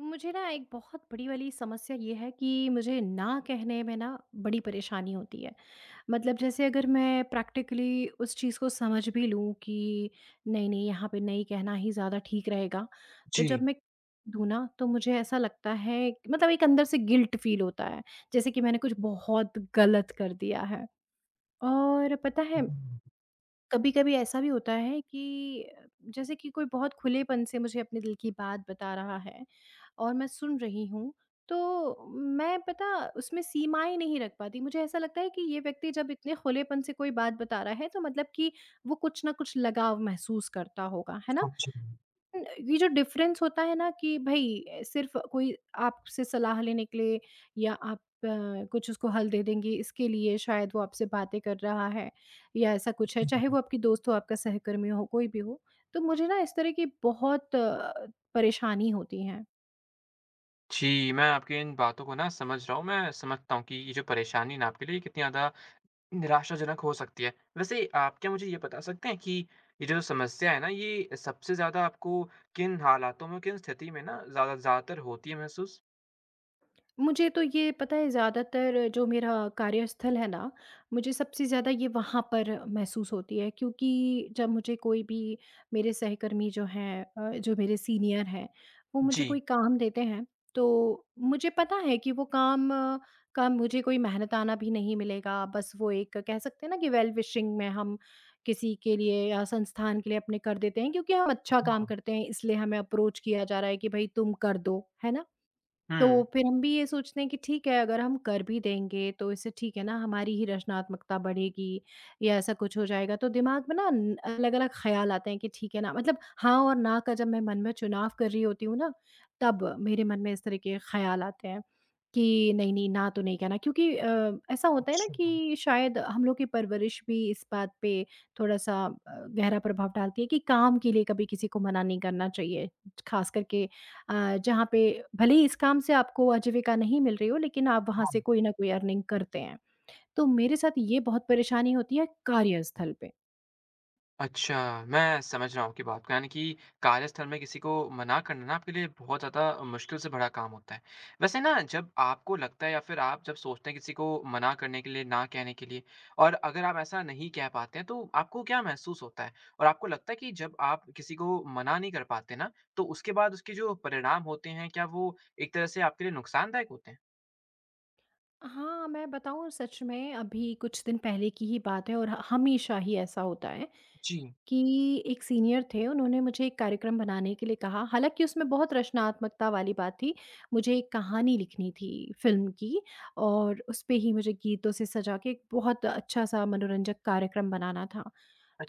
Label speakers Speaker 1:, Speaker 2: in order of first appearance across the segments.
Speaker 1: मुझे ना एक बहुत बड़ी वाली समस्या ये है कि मुझे ना कहने में ना बड़ी परेशानी होती है। मतलब जैसे अगर मैं प्रैक्टिकली उस चीज़ को समझ भी लूँ कि नहीं, नहीं यहाँ पे नहीं कहना ही ज़्यादा ठीक रहेगा, तो
Speaker 2: जी।
Speaker 1: जब मैं दूँ ना तो मुझे ऐसा लगता है, मतलब एक अंदर से गिल्ट फ़ील होता है, जैसे कि मैंने कुछ बहुत गलत कर दिया है। और पता है
Speaker 2: हुँ,
Speaker 1: कभी-कभी ऐसा भी होता है कि अ, जैसे कि कोई बहुत खुलेपन से मुझे अपने दिल की बात बता रहा है और मैं सुन रही हूँ, तो मैं पता उसमें सीमाएँ नहीं रख पाती। मुझे ऐसा लगता है कि ये व्यक्ति जब इतने खुलेपन से कोई बात बता रहा है तो मतलब कि वो कुछ ना कुछ लगाव महसूस करता होगा, है ना?
Speaker 2: समझा।
Speaker 1: न ये जो डिफ़रेंस होता है ना कि भई सिर्फ़ कोई आपसे सलाह लेने के लिए या आप कुछ उसको हल दे देंगे, इसके लिए शायद वो आपसे बातें कर रहा है या ऐसा कुछ है, चाहे वो आपकी दोस्त हो, आपका सहकर्मी हो, कोई भी हो। तो मुझे ना इस तरह की बहुत परेशानी होती है।
Speaker 2: जी, मैं आपकी इन बातों को ना समझ रहा हूँ। मैं समझता हूँ कि ये जो परेशानी है ना आपके लिए कितनी ज़्यादा निराशाजनक हो सकती है। वैसे आप क्या मुझे ये बता सकते हैं कि ये जो समस्या है ना ये सबसे ज़्यादा आपको किन हालातों में, किन स्थिति में ना ज़्यादा ज़्यादातर होती है महसूस?
Speaker 1: मुझे तो ये पता है, ज़्यादातर जो मेरा कार्यस्थल है ना, मुझे सबसे ज़्यादा ये वहाँ पर महसूस होती है, क्योंकि जब मुझे कोई भी मेरे सहकर्मी जो हैं जो मेरे सीनियर हैं, वो मुझे
Speaker 2: जी।
Speaker 1: कोई काम देते हैं, तो मुझे पता है कि वो काम का मुझे कोई मेहनताना भी नहीं मिलेगा। बस वो एक कह सकते हैं ना कि वेल विशिंग में हम किसी के लिए या संस्थान के लिए अपने कर देते हैं, क्योंकि हम अच्छा काम करते हैं, इसलिए हमें अप्रोच किया जा रहा है कि भई तुम कर दो, है ना? तो
Speaker 2: हुँ।
Speaker 1: फिर हम भी ये सोचते हैं कि ठीक है, अगर हम कर भी देंगे तो इससे ठीक है ना, हमारी ही रचनात्मकता बढ़ेगी या ऐसा कुछ हो जाएगा। तो दिमाग में ना न अलग-अलग ख़्याल आते हैं कि ठीक है ना, मतलब हाँ और ना का जब मैं मन में चुनाव कर रही होती हूँ ना, तब मेरे मन में इस तरह के ख़्याल आते हैं। कि नहीं-नहीं, ना तो नहीं कहना, क्योंकि ऐसा होता है ना
Speaker 2: अच्छा,
Speaker 1: कि शायद हम लोग की परवरिश भी इस बात पे थोड़ा-सा गहरा प्रभाव डालती है कि काम के लिए कभी किसी को मना नहीं करना चाहिए। ख़ास करके जहाँ पे भले ही इस काम से आपको आजीविका नहीं मिल रही हो, लेकिन आप वहाँ से
Speaker 2: हाँ।
Speaker 1: कोई न कोई अर्निंग करते हैं। तो मेरे साथ ये बहुत परेशानी होती है कार्यस्थल पे।
Speaker 2: अच्छा, मैं समझ रहा हूँ आपकी बात को, यानी कि कार्यस्थल में किसी को मना करना ना आपके लिए बहुत ज़्यादा मुश्किल से भरा काम होता है। वैसे ना जब आपको लगता है या फिर आप जब सोचते हैं किसी को मना करने के लिए, ना कहने के लिए और अगर आप ऐसा नहीं कह पाते हैं, तो आपको क्या महसूस होता है? और आपको लगता है कि जब आप किसी को मना नहीं कर पाते ना, तो उसके बाद उसके जो परिणाम होते हैं, क्या वो एक तरह से आपके लिए नुकसानदायक होते हैं?
Speaker 1: हाँ, मैं बताऊँ, सच में अभी कुछ दिन पहले की ही बात है और ह हमेशा ही ऐसा होता है।
Speaker 2: जी,
Speaker 1: कि एक सीनियर थे, उन्होंने मुझे एक कार्यक्रम बनाने के लिए कहा, हालाँकि उसमें बहुत रचनात्मकता वाली बात थी। मुझे एक कहानी लिखनी थी फ़िल्म की, और उसपे ही मुझे गीतों से सजा के एक बहुत अच्छा-सा मनोरंजक कार्यक्रम बनाना था।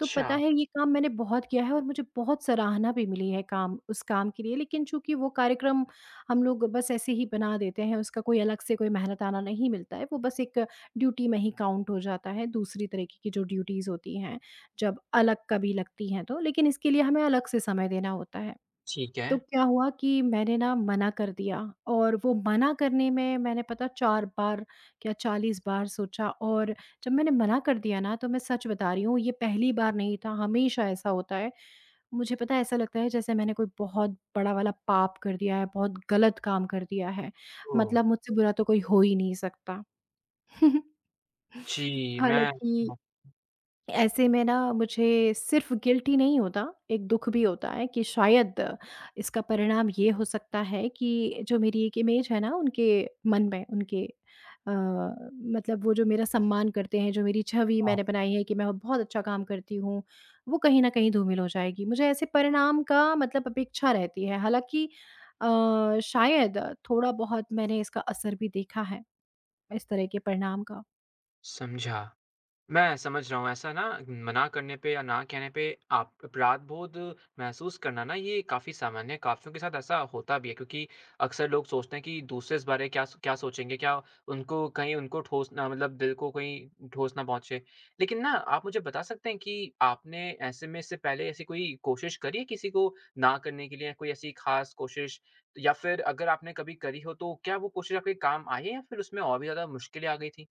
Speaker 1: तो पता है, ये काम मैंने बहुत किया है और मुझे बहुत सराहना भी मिली है काम उस काम के लिए, लेकिन चूंकि वो कार्यक्रम हम लोग बस ऐसे ही बना देते हैं, उसका कोई अलग से कोई मेहनताना नहीं मिलता है, वो बस एक ड्यूटी में ही काउंट हो जाता है। दूसरी तरीके की जो ड्यूटीज़ होती हैं, जब अलग कभी लगती हैं तो, लेकिन इसके लिए हमें अलग से समय देना होता है।
Speaker 2: ठीक है।
Speaker 1: तो क्या हुआ कि मैंने ना मना कर दिया, और वो मना करने में मैंने पता 4 बार या 40 बार सोचा। और जब मैंने मना कर दिया ना, तो मैं सच बता रही हूँ, ये पहली बार नहीं था, हमेशा ऐसा होता है। मुझे पता है, ऐसा लगता है जैसे मैंने कोई बहुत बड़ा वाला पाप कर दिया है, बहुत गलत काम कर दिया है।
Speaker 2: ओह!
Speaker 1: मतलब मुझसे बुरा तो कोई हो ही नहीं सकता।
Speaker 2: जी, मैं
Speaker 1: हालाँकि ऐसे में ना मुझे सिर्फ़ गिल्ट ही नहीं होता, एक दुःख भी होता है कि शायद इसका परिणाम ये हो सकता है कि जो मेरी एक इमेज है ना उनके मन में, उनके अ, मतलब वो जो मेरा सम्मान करते हैं, जो मेरी छवि
Speaker 2: हाँ,
Speaker 1: मैंने बनाई है कि मैं बहुत अच्छा काम करती हूँ, वो कहीं न कहीं धूमिल हो जाएगी। मुझे ऐसे परिणाम का मतलब अपेक्षा रहती है। हालाँकि अ, शायद थोड़ा-बहुत मैंने इसका असर भी देखा है, इस तरह के परिणाम का।
Speaker 2: समझा। मैं समझ रहा हूँ। ऐसा ना मना करने पे या ना कहने पे आप अपराध बोध महसूस करना ना ये काफ़ी सामान्य है, काफ़ियों के साथ ऐसा होता भी है क्योंकि अक्सर लोग सोचते हैं कि दूसरे इस बारे क्या क्या सोचेंगे? क्या उनको कहीं उनको ठोस ना मतलब दिल को कहीं ठोस ना पहुँचे? लेकिन ना आप मुझे बता सकते हैं कि आपने ऐसे में इससे पहले ऐसी कोई कोशिश करी है किसी को ना करने के लिए? कोई ऐसी ख़ास कोशिश या फिर अगर आपने कभी करी हो तो क्या वो कोशिश आपके काम आई है या फिर उसमें और भी ज़्यादा मुश्किलें आ गई थी?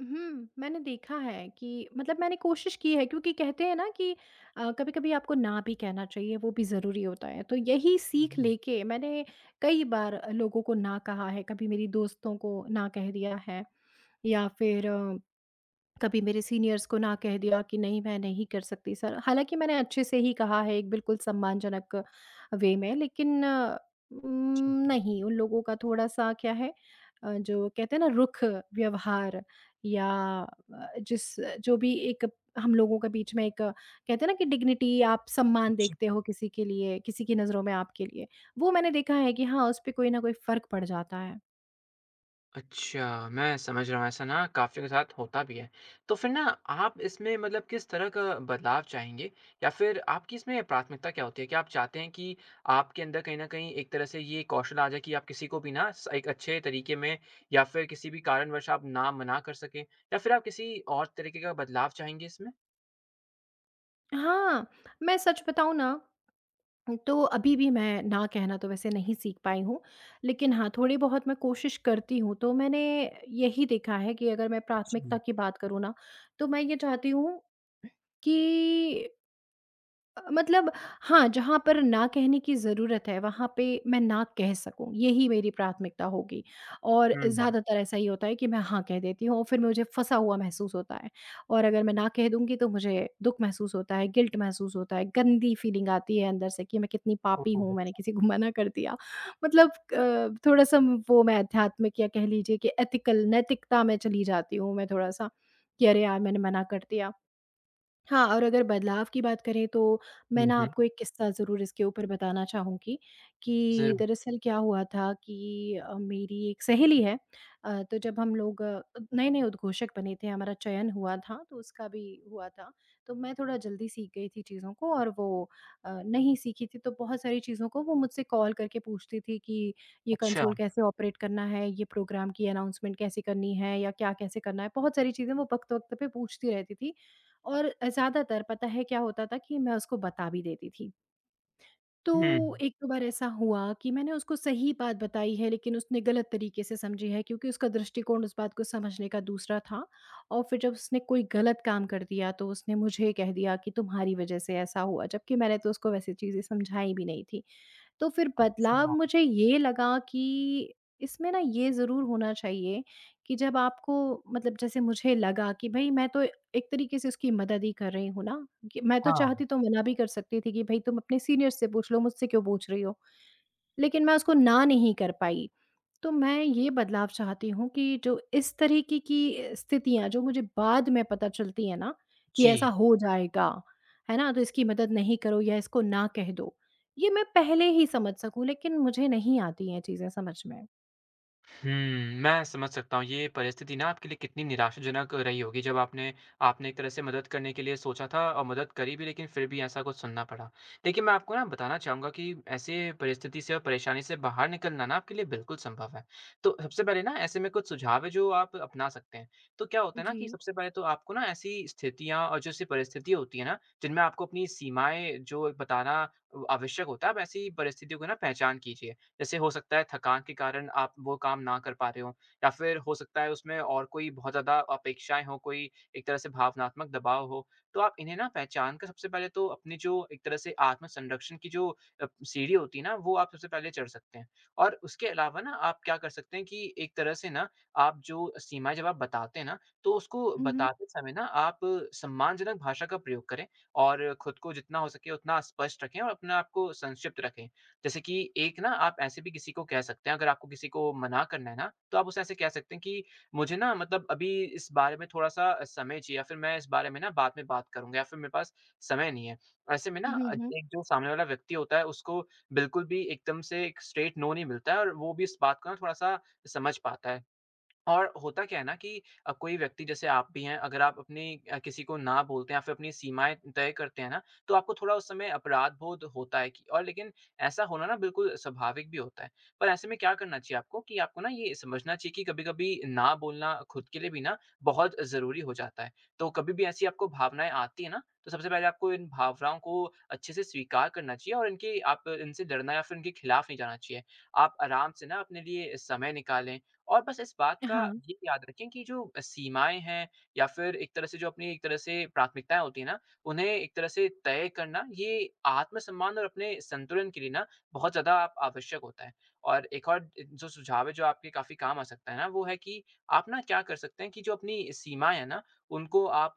Speaker 1: हुँ, मैंने देखा है कि मतलब मैंने कोशिश की है, क्योंकि कहते हैं ना कि कभी-कभी आपको ना भी कहना चाहिए, वो भी ज़रूरी होता है। तो यही सीख लेके मैंने कई बार लोगों को ना कहा है, कभी मेरी दोस्तों को ना कह दिया है, या फिर कभी मेरे सीनियर्स को ना कह दिया कि नहीं, मैं नहीं कर सकती सर। हालांकि मैंने अच्छे से ही कहा है, एक बिल्कुल सम्मानजनक वे में, लेकिन नहीं, उन लोगों का थोड़ा सा क्या है, जो कहते हैं ना रुख, व्यवहार, या जिस जो भी एक हम लोगों के बीच में एक, कहते हैं ना कि डिग्निटी, आप सम्मान देखते हो किसी के लिए, किसी की नज़रों में आपके लिए, वो मैंने देखा है कि हाँ, उस पर कोई ना कोई फ़र्क पड़ जाता है।
Speaker 2: अच्छा, मैं समझ रहा हूँ, ऐसा ना काफ़ियों के साथ होता भी है। तो फिर ना आप इसमें मतलब किस तरह का बदलाव चाहेंगे? या फिर आपकी इसमें प्राथमिकता क्या होती है? क्या आप चाहते हैं कि आपके अंदर कहीं न कहीं एक तरह से ये कौशल आ जाए कि आप किसी को भी ना स एक अच्छे तरीके में या फिर किसी भी कारणवश आप ना मना कर सकें? या फिर आप किसी और तरीके का बदलाव चाहेंगे इसमें?
Speaker 1: हाँ, मैं सच बताऊँ ना, तो अभी भी मैं ना कहना तो वैसे नहीं सीख पाई हूँ, लेकिन हाँ, थोड़ी बहुत मैं कोशिश करती हूँ। तो मैंने यही देखा है कि अगर मैं
Speaker 2: जी।
Speaker 1: प्राथमिकता की बात करूँ ना, तो मैं ये चाहती हूँ कि मतलब हाँ, जहाँ पर ना कहने की ज़रूरत है, वहाँ पे मैं ना कह सकूँ, यही मेरी प्राथमिकता होगी। और
Speaker 2: हुँ।
Speaker 1: ज़्यादातर ऐसा ही होता है कि मैं हाँ कह देती हूँ, और फिर मुझे फँसा हुआ महसूस होता है। और अगर मैं ना कह दूँगी तो मुझे दुःख महसूस होता है, गिल्ट महसूस होता है, गंदी फीलिंग आती है अंदर से कि मैं कितनी पापी हूँ,
Speaker 2: ओह!
Speaker 1: मैंने किसी को मना कर दिया। मतलब थोड़ा-सा वो मैं आध्यात्मिक, या कह लीजिए कि एथिकल नैतिकता में चली जाती हूँ मैं थोड़ा-सा, कि अरे यार! मैंने मना कर दिया। हाँ, और अगर बदलाव की बात करें, तो मैं
Speaker 2: हुँ,
Speaker 1: ना
Speaker 2: हुँ।
Speaker 1: आपको एक किस्सा ज़रूर इसके ऊपर बताना चाहूँगी। कि
Speaker 2: ज़रूर।
Speaker 1: दरअसल क्या हुआ था कि मेरी एक सहेली है, तो जब हम लोग नए-नए उद्घोषक बने थे, हमारा चयन हुआ था, तो उसका भी हुआ था। तो मैं थोड़ा जल्दी सीख गई थी चीज़ों को और वो नहीं सीखी थी, तो बहुत सारी चीज़ों को वो मुझसे कॉल करके पूछती थी कि ये
Speaker 2: अच्छा।
Speaker 1: कंसोल कैसे ऑपरेट करना है, ये प्रोग्राम की अनाउंसमेंट कैसे करनी है, या क्या कैसे करना है। बहुत सारी चीज़ें वो वक़्त-वक़्त पे पूछती रहती थी, और ज़्यादातर पता है क्या होता था कि मैं उसको बता भी देती थी।
Speaker 2: हुँ।
Speaker 1: तो एक दो बार ऐसा हुआ कि मैंने उसको सही बात बताई है, लेकिन उसने गलत तरीके से समझी है, क्योंकि उसका दृष्टिकोण उस बात को समझने का दूसरा था। और फिर जब उसने कोई गलत काम कर दिया, तो उसने मुझे कह दिया कि तुम्हारी वज़ह से ऐसा हुआ, जबकि मैंने तो उसको वैसी चीज़ें समझाई भी नहीं थी। तो फिर बदलाव मुझे ये लगा कि इसमें ना ये ज़रूर होना चाहिए कि जब आपको, मतलब जैसे मुझे लगा कि भई मैं तो एक तरीके से उसकी मदद ही कर रही हूँ ना, कि मैं तो
Speaker 2: हाँ,
Speaker 1: चाहती तो मना भी कर सकती थी कि भई तुम अपने सीनियर से पूछ लो, मुझसे क्यों पूछ रही हो? लेकिन मैं उसको ना नहीं कर पाई। तो मैं ये बदलाव चाहती हूँ कि जो इस तरीके की स्थितियाँ जो मुझे बाद में पता चलती है ना कि
Speaker 2: जी।
Speaker 1: ऐसा हो जाएगा, है ना? तो इसकी मदद नहीं करो या इसको ना कह दो। ये मैं पहले ही समझ सकूँ, लेकिन मुझे नहीं आती हैं चीज़ें समझ में।
Speaker 2: हुँ, मैं समझ सकता हूँ। ये परिस्थिति ना आपके लिए कितनी निराशाजनक रही होगी जब आपने आपने एक तरह से मदद करने के लिए सोचा था और मदद करी भी लेकिन फिर भी ऐसा कुछ सुनना पड़ा। देखिए मैं आपको ना बताना चाहूँगा कि ऐसे परिस्थिति से और परेशानी से बाहर निकलना ना आपके लिए बिल्कुल संभव है। तो सबसे पहले ना ऐसे में कुछ सुझाव है जो आप अपना सकते हैं। तो क्या होता है ना
Speaker 1: जी।
Speaker 2: कि सबसे पहले तो आपको ना ऐसी स्थितियाँ और जो ऐसी परिस्थितियाँ होती है ना जिनमें आपको अपनी सीमाएँ जो बताना आवश्यक होता है आप ऐसी परिस्थितियों को ना पहचान कीजिए। जैसे हो सकता है थकान के कारण आप वो काम ना कर पा रहे हो या फिर हो सकता है उसमें और कोई बहुत ज़्यादा अपेक्षाएँ हों, कोई एक तरह से भावनात्मक दबाव हो। तो आप इन्हें ना पहचान कर सबसे पहले तो अपनी जो एक तरह से आत्म-संरक्षण की जो सीढ़ी होती है ना, वो आप सबसे पहले चढ़ सकते हैं। और उसके अलावा ना आप क्या कर सकते हैं कि एक तरह से ना आप जो सीमाएँ जब आप बताते हैं ना, तो उसको
Speaker 1: हुँ, हुँ।
Speaker 2: बताते समय ना आप सम्मानजनक भाषा का प्रयोग करें और खुद को जितना हो सके उतना स्पष्ट रखें और अपने आप को संक्षिप्त रखें। जैसे कि एक ना आप ऐसे भी किसी को कह सकते हैं अगर आपको किसी को मना करना है ना, तो आप उसे ऐसे कह सकते हैं कि मुझे ना मतलब अभी इस बारे में थोड़ा-सा समय चाहिए या फिर मैं इस बारे में ना बाद में बात करूँगा या फिर मेरे पास समय नहीं है। ऐसे में ना
Speaker 1: हुँ, हुँ।
Speaker 2: एक जो सामने वाला व्यक्ति होता है उसको बिल्कुल भी एकदम से एक स्ट्रेट नो नहीं मिलता है और वो भी इस बात को ना थोड़ा-सा समझ पाता है। और होता क्या है ना कि कोई व्यक्ति जैसे आप भी हैं, अगर आप अपनी किसी को ना बोलते हैं या फिर अपनी सीमाएँ तय करते हैं ना, तो आपको थोड़ा उस समय अपराध बोध होता है कि और लेकिन ऐसा होना ना बिल्कुल स्वाभाविक भी होता है। पर ऐसे में क्या करना चाहिए आपको कि आपको ना ये समझना चाहिए कि कभी-कभी ना बोलना खुद के लिए भी ना बहुत ज़रूरी हो जाता है। तो कभी भी ऐसी आपको भावनाएँ आती हैं ना, तो सबसे पहले आपको इन भावनाओं को अच्छे से स्वीकार करना चाहिए और इनकी आप इनसे डरना या फिर इनके खिलाफ नहीं जाना चाहिए। आप आराम से ना अपने लिए समय निकालें और बस इस बात का
Speaker 1: हाँ।
Speaker 2: ये याद रखें कि जो सीमाएँ हैं या फिर एक तरह से जो अपनी एक तरह से प्राथमिकताएँ होती हैं ना, उन्हें एक तरह से तय करना ये आत्मसम्मान और अपने संतुलन के लिए ना बहुत ज़्यादा आप आवश्यक होता है। और एक और जो सुझाव है जो आपके काफ़ी काम आ सकता है ना, वो है कि आप ना क्या कर सकते हैं कि जो अपनी सीमाएँ हैं ना, उनको आप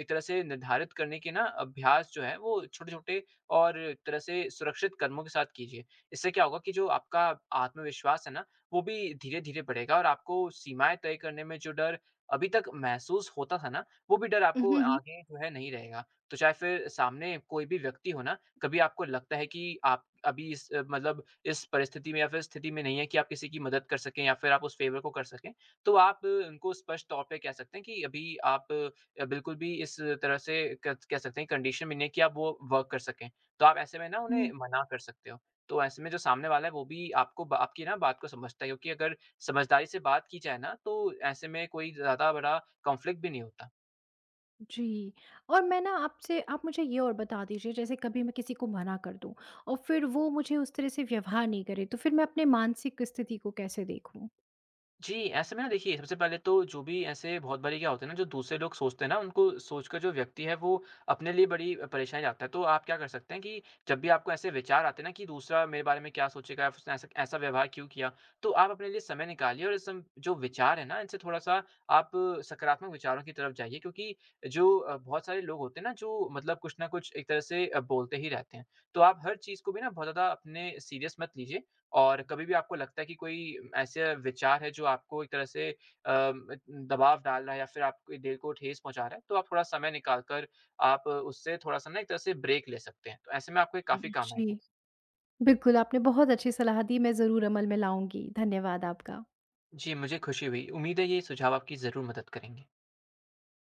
Speaker 2: एक तरह से निर्धारित करने के ना अभ्यास जो है वो छोटे-छोटे और एक तरह से सुरक्षित कदमों के साथ कीजिए। इससे क्या होगा कि जो आपका आत्मविश्वास है ना, वो भी धीरे-धीरे बढ़ेगा और आपको सीमाएँ तय करने में जो डर अभी तक महसूस होता था ना, वो भी डर
Speaker 1: हुँ,
Speaker 2: आपको
Speaker 1: हुँ।
Speaker 2: आगे जो है नहीं रहेगा। तो चाहे फिर सामने कोई भी व्यक्ति हो ना, कभी आपको लगता है कि आप अभी इस मतलब इस परिस्थिति में या फिर स्थिति में नहीं है कि आप किसी की मदद कर सकें या फिर आप उस फ़ेवर को कर सकें, तो आप उनको स्पष्ट तौर पे कह सकते हैं कि अभी आप बिल्कुल भी इस तरह से क कह सकते हैं कंडीशन में नहीं है कि आप वो वर्क कर सकें। तो आप ऐसे में ना उन्हें
Speaker 1: हुँ।
Speaker 2: मना कर सकते हो। तो ऐसे में जो सामने वाला है वो भी आपको ब आपकी ना बात को समझता है क्योंकि अगर समझदारी से बात की जाए ना तो ऐसे में कोई ज़्यादा बड़ा कॉन्फ्लिक्ट भी नहीं होता।
Speaker 1: जी। और मैं ना आपसे आप मुझे ये और बता दीजिए, जैसे कभी मैं किसी को मना कर दूँ और फिर वो मुझे उस तरह से व्यवहार नहीं करे, तो फिर मैं अपने मानसिक स्थिति को कैसे देखूँ?
Speaker 2: जी, ऐसे में ना देखिए सबसे पहले तो जो भी ऐसे बहुत बारी क्या होता है ना जो दूसरे लोग सोचते हैं ना उनको सोचकर जो व्यक्ति है वो अपने लिए बड़ी परेशानी लाता है। तो आप क्या कर सकते हैं कि जब भी आपको ऐसे विचार आते हैं ना कि दूसरा मेरे बारे में क्या सोचेगा, उसने ऐसा ऐसा व्यवहार क्यों किया? तो आप अपने लिए समय निकालिए और इस सम जो विचार है ना इनसे थोड़ा-सा आप सकारात्मक विचारों की तरफ जाइए क्योंकि जो बहुत सारे लोग होते हैं ना जो मतलब कुछ ना कुछ एक तरह से बोलते ही रहते हैं। तो आप हर चीज़ को भी ना बहुत ज़्यादा अपने सीरियस मत लीजिए और कभी भी आपको लगता है कि कोई ऐसा विचार है जो आपको एक तरह से दबाव डाल रहा है या फिर आपकी दिल को ठेस पहुँचा रहा है, तो आप थोड़ा समय निकाल कर आप उससे थोड़ा-सा ना एक तरह से ब्रेक ले सकते हैं। तो ऐसे में आपको ये
Speaker 1: हुँ,
Speaker 2: काफ़ी काम आएगा।
Speaker 1: जी। बिल्कुल, आपने बहुत अच्छी सलाह दी, मैं ज़रूर अमल में लाऊँगी। धन्यवाद आपका।
Speaker 2: जी, मुझे खुशी हुई। उम्मीद है ये सुझाव आपकी ज़रूर मदद करेंगे।